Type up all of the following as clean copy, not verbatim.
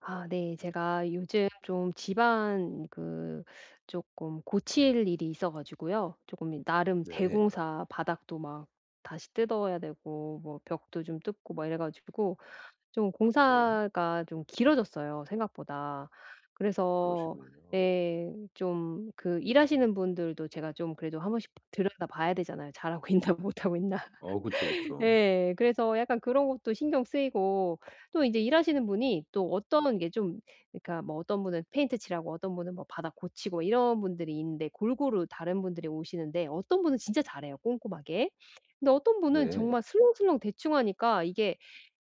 아 네. 제가 요즘 좀 집안 조금 고칠 일이 있어 가지고요. 조금 이 나름 네. 대공사 바닥도 막 다시 뜯어야 되고 뭐 벽도 좀 뜯고 막 이래 가지고 좀 네. 공사가 좀 길어졌어요 생각보다. 그래서 그러시군요. 예 좀 그 일하시는 분들도 제가 좀 그래도 한 번씩 들여다봐야 되잖아요. 잘하고 있나 못하고 있나. 어 그쵸, 그쵸. 예. 그래서 약간 그런 것도 신경 쓰이고 또 인제 일하시는 분이 또 어떤 게 좀 그러니까 뭐 어떤 분은 페인트 칠하고 어떤 분은 뭐 바닥 고치고 이런 분들이 있는데 골고루 다른 분들이 오시는데 어떤 분은 진짜 잘해요 꼼꼼하게. 근데 어떤 분은 네. 정말 슬렁슬렁 대충 하니까 이게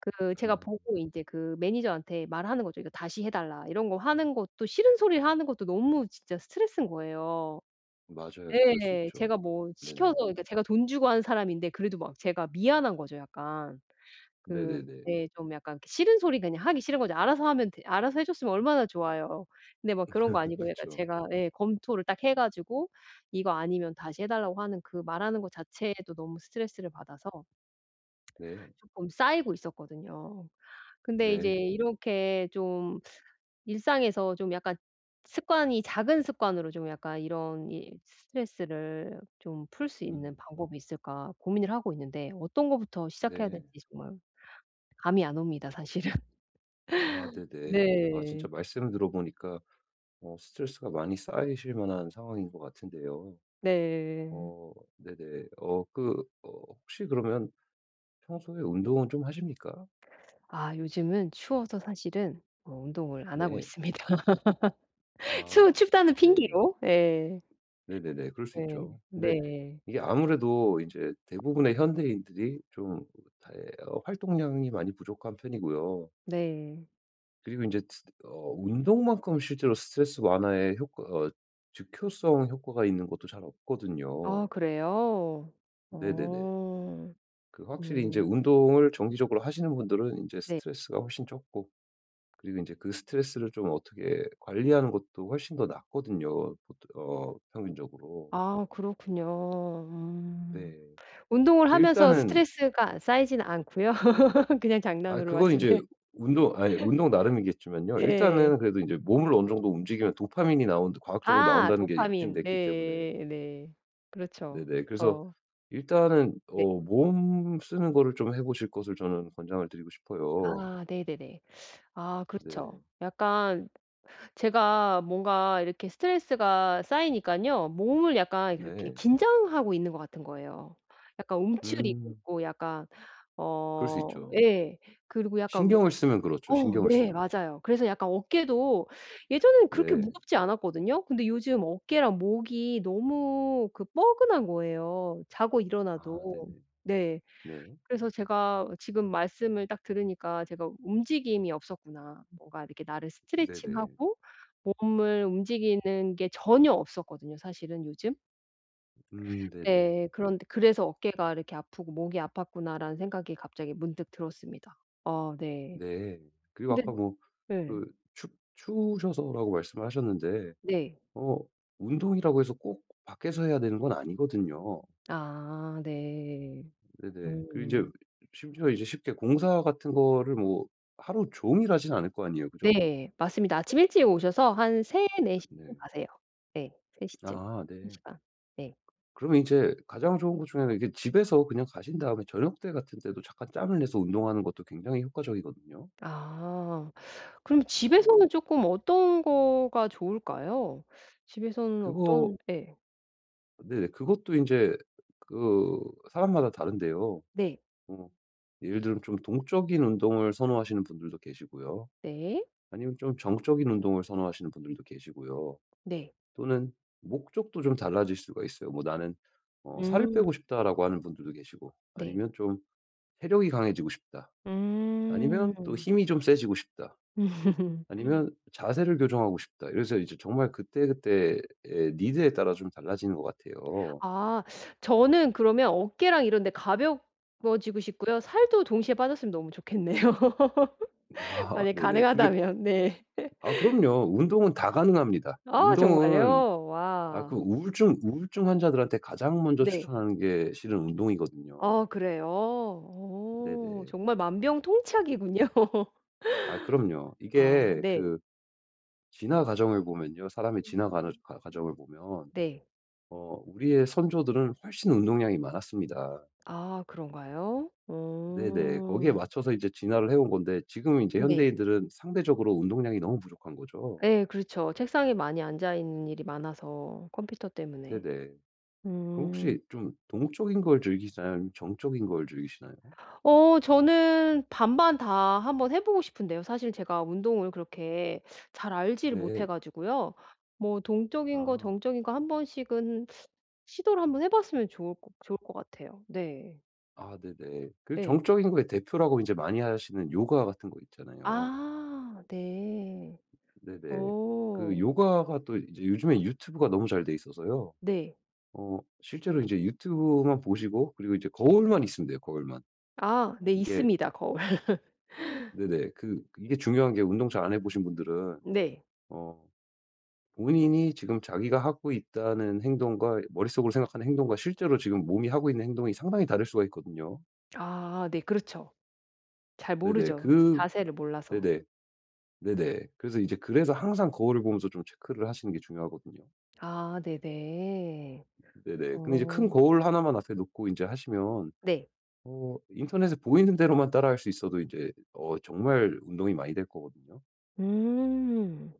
그 제가 음. 보고 인제 그 매니저한테 말하는 거죠. "이거 다시 해 달라." 이런 거 하는 것도 싫은 소리를 하는 것도 너무 진짜 스트레스인 거예요. 맞아요. 그럴 수 예. 있죠. 제가 뭐 시켜서 네네. 그러니까 제가 돈 주고 한 사람인데 그래도 막 제가 미안한 거죠 약간. 그 네네네. 네 좀 약간 그 싫은 소리 그냥 하기 싫은 거죠. 알아서 하면 되 알아서 해 줬으면 얼마나 좋아요. 근데 막 그런 거 아니고 약간 그쵸. 제가 예 검토를 딱 해 가지고 이거 아니면 다시 해 달라고 하는 그 말하는 것 자체에도 너무 스트레스를 받아서 네. 쪼끔 쌓이고 있었거든요. 근데 이제 네. 이렇게 좀 일상에서 좀 약간 습관이 작은 습관으로 좀 약간 이런 이 스트레스를 좀 풀 수 있는 음. 방법이 있을까 고민을 하고 있는데 어떤 거부터 시작해야 네. 될지 정말 감이 안 옵니다 사실은. 아 네네. 아 네. 진짜 말씀 들어보니까 스트레스가 많이 쌓이실 만한 상황인 것 같은데요. 네. 어 네네. 혹시 그러면 평소에 운동은 좀 하십니까? 아 요즘은 추워서 사실은 운동을 안 하고 네. 있습니다. 추 아. 춥다는 네. 핑계로. 네 네네네. 그럴 수 네. 있죠. 근데 네. 이게 아무래도 이제 대부분의 현대인들이 좀다 예, 어 활동량이 많이 부족한 편이고요. 네. 그리고 이제 스 어 운동만큼 실제로 스트레스 완화에 효과 어 즉효성 효과가 있는 것도 잘 아 없거든요. 그래요? 네네네. 어. 그 확실히 이제 그렇군요. 운동을 정기적으로 하시는 분들은 이제 네. 스트레스가 훨씬 적고 그리고 이제 그 스트레스를 좀 어떻게 관리하는 것도 훨씬 더 낫거든요 보통 평균적으로. 아 그렇군요. 음. 네. 운동을 그 하면서 일단은 스트레스가 쌓이진 않고요. 그냥 아 장난으로 그건 이제 말씀드려 운동 아니 운동 나름이겠지만요. 일단은 네. 그래도 이제 몸을 어느 정도 움직이면 도파민이 나온 과학적으로 아 나온다는 게 도파민. 입증됐기 때문에. 네 네. 그렇죠. 네네. 그래서 어 일단은 네. 몸 쓰는 거를 좀 해 보실 것을 저는 권장을 드리고 싶어요. 아 네네네. 아 그렇죠. 네. 약간 제가 뭔가 이렇게 스트레스가 쌓이니깐요. 몸을 약간 그렇게 네. 긴장하고 있는 것 같은 거예요. 약간 움츠리고 음. 있고 약간 그럴 수 어 있죠. 예. 그리고 약간 신경을 쓰면 그렇죠, 어 신경을 네 쓰면. 맞아요. 그래서 약간 어깨도 예전에는 그렇게 네. 무겁지 않았거든요. 근데 요즘 어깨랑 목이 너무 그 뻐근한 거예요, 자고 일어나도. 아 네네. 네. 네. 그래서 제가 지금 말씀을 딱 들으니까 제가 움직임이 없었구나. 뭔가 이렇게 나를 네네. 스트레칭하고 몸을 움직이는 게 전혀 없었거든요, 사실은 요즘. 네네. 예. 그런데 그래서 '어깨가 이렇게 아프고 목이 아팠구나.'라는 생각이 갑자기 문득 들었습니다. 아 네. 네. 그리고 근데 아까 뭐 예. 그 추 추우셔서라고 말씀을 하셨는데 네. 어 운동이라고 해서 꼭 밖에서 해야 되는 건 아니거든요. 아 네. 네네. 그리고 이제 음. 심지어 이제 쉽게 공사 같은 거를 뭐 하루 종일 하진 않을 거 아니에요. 그죠? 네. 맞습니다. 아침 일찍 오셔서 한 3-4 시쯤 네. 가세요. 네. 3 시쯤. 아 3 네. 시간. 네. 그러면 이제 가장 좋은 것 중에는 이게 집에서 그냥 가신 다음에 저녁 때 같은 때도 잠깐 짬을 내서 운동하는 것도 굉장히 효과적이거든요. 아. 그럼 네네. 집에서는 쪼끔 어떤 거가 좋을까요? 집에서는 그거 어떤 예. 네네. 그것도 이제 그 사람마다 다른데요. 네. 어 예를 들면 좀 동적인 운동을 선호하시는 분들도 계시고요. 네. 아니면 좀 정적인 운동을 선호하시는 분들도 계시고요. 네. 또는 목적도 좀 달라질 수가 있어요. 뭐 나는 살을 음. 빼고 싶다라고 하는 분들도 계시고 네. 아니면 좀 체력이 강해지고 싶다. 음. 아니면 또 힘이 좀 세지고 싶다. 아니면 자세를 교정하고 싶다. 이래서 이제 정말 그때그때의 니드에 따라 좀 달라지는 것 같아요. 아. 저는 그러면 어깨랑 이런 데 가벼워지고 싶고요. 살도 동시에 빠졌으면 너무 좋겠네요. 아 만약 네네. 근데 가능하다면 네. 아 그럼요. 운동은 다 가능합니다. 아 운동은 정말요? 아 그 와. 우울증 환자들한테 가장 먼저 네. 추천하는 게 실은 운동이거든요. 아 그래요? 어 네네. 정말 만병통치약이군요. 아 그럼요. 아 이게 네. 그 진화 과정을 보면요. 사람의 진화 과정을 보면 네. 우리의 선조들은 훨씬 운동량이 많았습니다. 아 그런가요? 네네. 거기에 어. 맞춰서 이제 진화를 해온 건데 지금 이제 네. 현대인들은 상대적으로 운동량이 너무 부족한 거죠. 예 그렇죠. 책상에 많이 앉아 있는 일이 많아서 컴퓨터 때문에. 네네. 그럼 음. 혹시 좀 동적인 걸 즐기시나요? 아니면 정적인 걸 즐기시나요? 저는 반반 다 한번 해 보고 싶은데요. 사실 제가 운동을 그렇게 잘 알지를 못해 네. 가지고요. 뭐 동적인 거 아. 정적인 거 한 번씩은 시도를 한번 해 봤으면 좋을 것 같아요. 네. 아 네네. 그 네 정적인 거의 대표라고 이제 많이 하시는 요가 같은 거 있잖아요. 아 네. 네네. 그 오 요가가 또 이제 요즘에 유튜브가 너무 잘돼 있어서요. 네. 실제로 이제 유튜브만 보시고 그리고 이제 거울만 있으면 돼요, 거울만. 아 네 이게 있습니다, 거울. 네네. 그 이게 중요한 게 운동 잘 안 해 보신 분들은 네. 어 본인이 지금 자기가 하고 있다는 행동과 머릿속으로 생각하는 행동과 실제로 지금 몸이 하고 있는 행동이 상당히 다를 수가 있거든요. 아 네 그렇죠. 잘 네네. 모르죠. 그 자세를 몰라서. 네네. 네네. 그래서 이제 그래서 항상 거울을 보면서 좀 체크를 하시는 게 중요하거든요. 아 네네. 네네. 근데 이제 큰 어 거울 하나만 앞에 놓고 이제 하시면 네. 인터넷에 보이는 대로만 따라할 수 있어도 이제 정말 운동이 많이 될 거거든요. 음.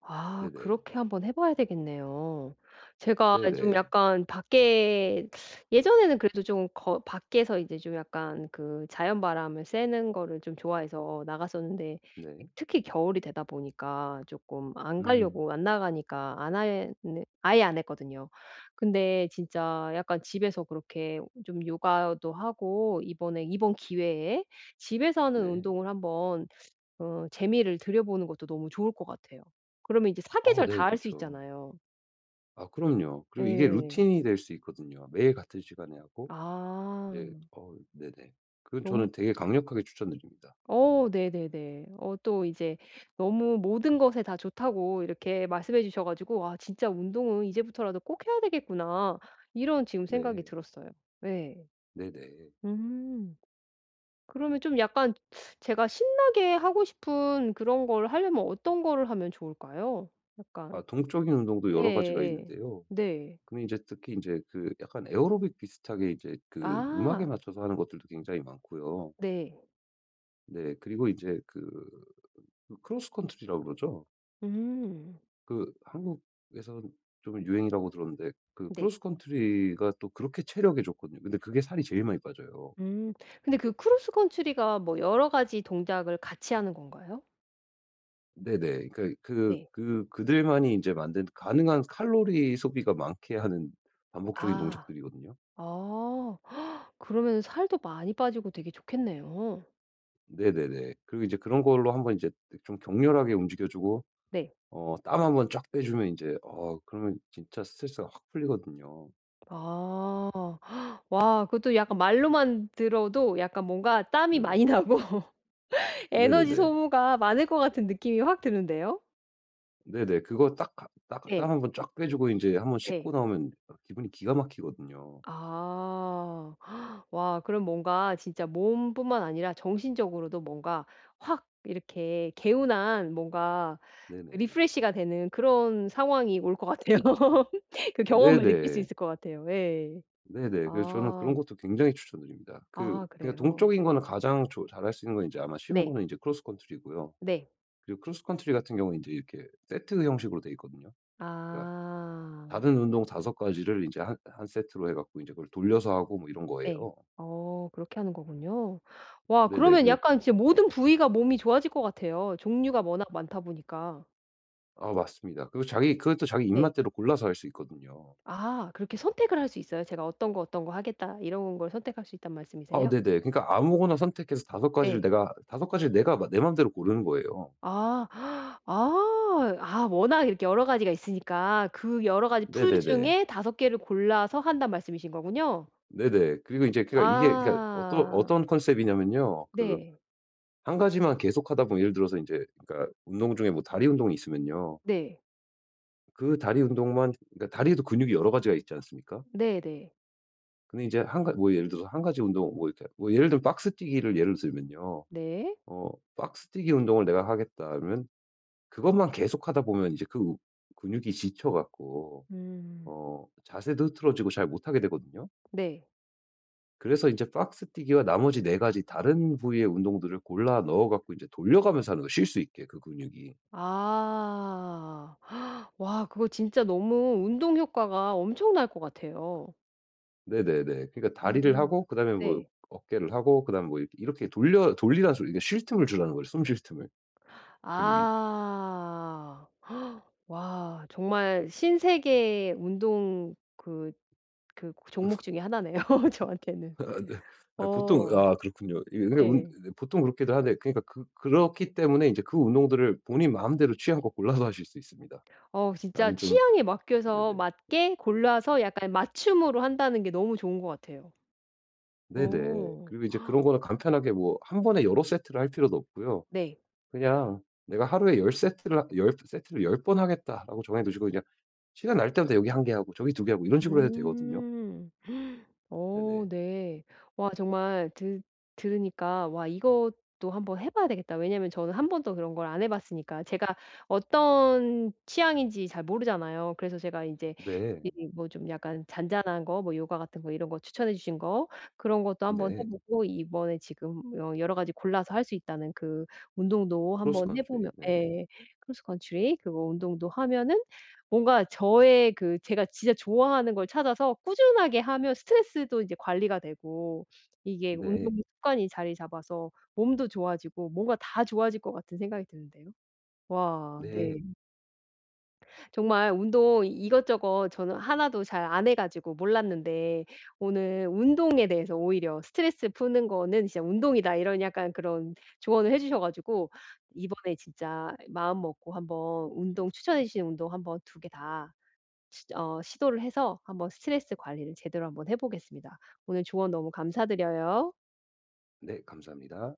아 네네. 그렇게 한번 해 봐야 되겠네요. 제가 좀 네네. 약간 밖에 예전에는 그래도 좀 거 밖에서 이제 좀 약간 그 자연 바람을 쐬는 거를 좀 좋아해서 나갔었는데 네. 특히 겨울이 되다 보니까 조금 안 음. 가려고 안 나가니까 안 하 아예 안 했거든요. 근데 진짜 약간 집에서 그렇게 좀 요가도 하고 이번 기회에 집에서 하는 네. 운동을 한번 어 재미를 들여보는 것도 너무 좋을 것 같아요. 그러면 이제 아 사계절 네. 다 할 수 그쵸. 있잖아요. 아 그럼요. 그리고 이게 예. 루틴이 될 수 있거든요. 매일 같은 시간에 하고 아. 이제 네네. 그건 너무 저는 되게 강력하게 추천드립니다. 어 네네네. 어 또 이제 너무 모든 것에 다 좋다고 이렇게 말씀해 주셔 가지고 '아 진짜 운동은 이제부터라도 꼭 해야 되겠구나.' 이런 지금 생각이 네. 들었어요. 예. 네네. 음. 그러면 좀 약간 제가 신나게 하고 싶은 그런 걸 하려면 어떤 거를 하면 좋을까요? 아 약간 동적인 운동도 여러 가지가 예예예. 있는데요. 네. 근데 이제 특히 이제 그 약간 에어로빅 비슷하게 이제 그 음악에 아. 맞춰서 하는 것들도 굉장히 많고요. 네. 네. 그리고 이제 그 크로스컨트리라고 그러죠? 음. 그 한국에서 좀 유행이라고 들었는데 그 네. 크로스컨트리가 또 그렇게 체력에 좋거든요. 근데 그게 살이 제일 많이 빠져요. 음. 근데 그 크로스 컨트리가 뭐 여러 가지 동작을 같이 하는 건가요? 네네. 그러니까 네. 그들만이 이제 만든 가능한 칼로리 소비가 많게 하는 반복적인 아. 동작들이거든요. 아. 그러면은 살도 많이 빠지고 되게 좋겠네요. 네네네. 그리고 이제 그런 걸로 한번 이제 좀 격렬하게 움직여 주고 네. 땀 한번 쫙 빼 주면 이제 그러면 진짜 스트레스가 확 풀리거든요. 아. 와 그것도 약간 말로만 들어도 약간 뭔가 땀이 네네. 많이 나고 에너지 네네네. 소모가 많을 것 같은 느낌이 확 드는데요. 네네. 그거 딱 가 딱 딱 예. 한 번 쫙 빼 주고 이제 한번 씻고 예. 나오면 아 기분이 기가 막히거든요. 아. 와 그럼 뭔가 진짜 몸뿐만 아니라 정신적으로도 뭔가 확 이렇게 개운한 뭔가 네네. 리프레시가 되는 그런 상황이 올 것 같아요. 그 경험을 느낄 수 네네. 있을 것 같아요. 예. 네네. 그래서 저는 그런 아. 것도 굉장히 추천드립니다. 그 아 그러니까 그래요? 동적인 거는 가장 조 잘할 수 있는 건 이제 아마 쉬운 네. 거는 이제 크로스컨트리고요. 네. 그리고 크로스컨트리 같은 경우는 이제 이렇게 세트 형식으로 돼 있거든요. 그러니까 아. 다른 운동 다섯 가지를 이제한 세트로 해 갖고 이제 그걸 돌려서 하고 뭐 이런 네. 거예요. 어 그렇게 하는 거군요. 와 네네. 그러면 그 약간 진짜 모든 부위가 몸이 좋아질 것 같아요. 종류가 워낙 많다 보니까. 아 맞습니다. 그리고 자기 그것도 자기 네. 입맛대로 골라서 할 수 있거든요. 아 그렇게 선택을 할 수 있어요? 제가 '어떤 거, 어떤 거 하겠다.' 이런 걸 선택할 수 있다는 아 말씀이세요? 네네. 그러니까 아무거나 선택해서 예. 다섯 가지를 내가 마내대로 고르는 거예요. 아. 아. 아 워낙 이렇게 여러 가지가 있으니까 그 여러 가지 풀 네네네. 중에 다섯 개를 골라서 한다는 말씀이신 거군요? 네네. 그리고 이제 그니까 이게 그러니까 어떤 아. 어떤 컨셉이냐면요. 그 네. 한 가지만 계속하다 보면 예를 들어서 이제 그러니까 운동 중에 뭐 다리 운동이 있으면요. 네. 그 다리 운동만 그러니까 다리에도 근육이 여러 가지가 있지 않습니까? 네 네. 근데 이제 한가뭐 예를 들어서 한 가지 운동 뭐 이렇게 뭐 예를 들면 박스뛰기를 예를 들면요. 네. 어 박스뛰기 운동을 내가 하겠다 하면 그것만 계속하다 보면 이제 그 근육이 지쳐 갖고 음. 자세도 흐트러지고 잘 못하게 되거든요. 네. 그래서 이제 박스뛰기와 나머지 네 가지 다른 부위의 운동들을 골라 넣어 갖고 이제 돌려가면서 하는 거예요 쉴 수 있게 그 근육이. 아. 와 그거 진짜 너무 운동 효과가 엄청날 것 같아요. 네네네. 그러니까 다리를 어. 하고 그다음에 뭐 네. 어깨를 하고 그다음에 뭐 이렇게 이렇게 돌려 돌리라는 소리 그러니까 쉴 틈을 주라는 거예요 숨쉴 틈을 근육이. 아. 와 정말 신세계 운동 그 그 종목 중에 하나네요 저한테는. 아 네. 아 보통 어 아 그렇군요. 이게 그러니까 운 네. 네, 보통 그렇게들 하는데 그러니까 그 그렇기 때문에 이제 그 운동들을 본인 마음대로 취향껏 골라서 하실 수 있습니다. 어 진짜 나는 좀 취향에 맡겨서 네네. 맞게 골라서 약간 맞춤으로 한다는 게 너무 좋은 것 같아요. 네네. 오, 그리고 이제 그런 거는 간편하게 뭐 한 번에 여러 세트를 할 필요도 없고요. 네. 그냥 '내가 하루에 열 세트를 10번 하겠다.'라고 정해 두시고 그냥 시간 날 때마다 여기 한 개 하고 저기 두 개 하고 이런 식으로 해도 되거든요. 음. 어 네네. 네. 와 정말 드 들으니까 '와 이것도 한번 해 봐야 되겠다.' 왜냐면 저는 한 번도 그런 걸 안 해 봤으니까. 제가 어떤 취향인지 잘 모르잖아요. 그래서 제가 이제 네. 뭐 좀 약간 잔잔한 거 뭐 요가 같은 거 이런 거 추천해 주신 거 그런 것도 네. 한번 네. 해 보고 이번에 지금 여 여러 가지 골라서 할 수 있다는 그 운동도 크로스 한번 해 컨트리. 보면 네네. 예. 크로스 컨트리 그거 운동도 하면은 뭔가 저의 그 제가 진짜 좋아하는 걸 찾아서 꾸준하게 하면 스트레스도 이제 관리가 되고 이게 네. 네. 운동 습관이 자리 잡아서 몸도 좋아지고 뭔가 다 좋아질 것 같은 생각이 드는데요. 와 네. 네. 음. 정말 운동 이것저것 저는 하나도 잘 안 해 가지고 몰랐는데 오늘 운동에 대해서 오히려 "스트레스 푸는 거는 진짜 운동이다." 이런 약간 그런 조언을 해 주셔 가지고 이번에 진짜 마음 먹고 한번 운동 추천해 주신 운동 한번 두개다 시 어 시도를 해서 한번 스트레스 관리를 제대로 한번 해 보겠습니다. 오늘 조언 너무 감사드려요. 네. 감사합니다.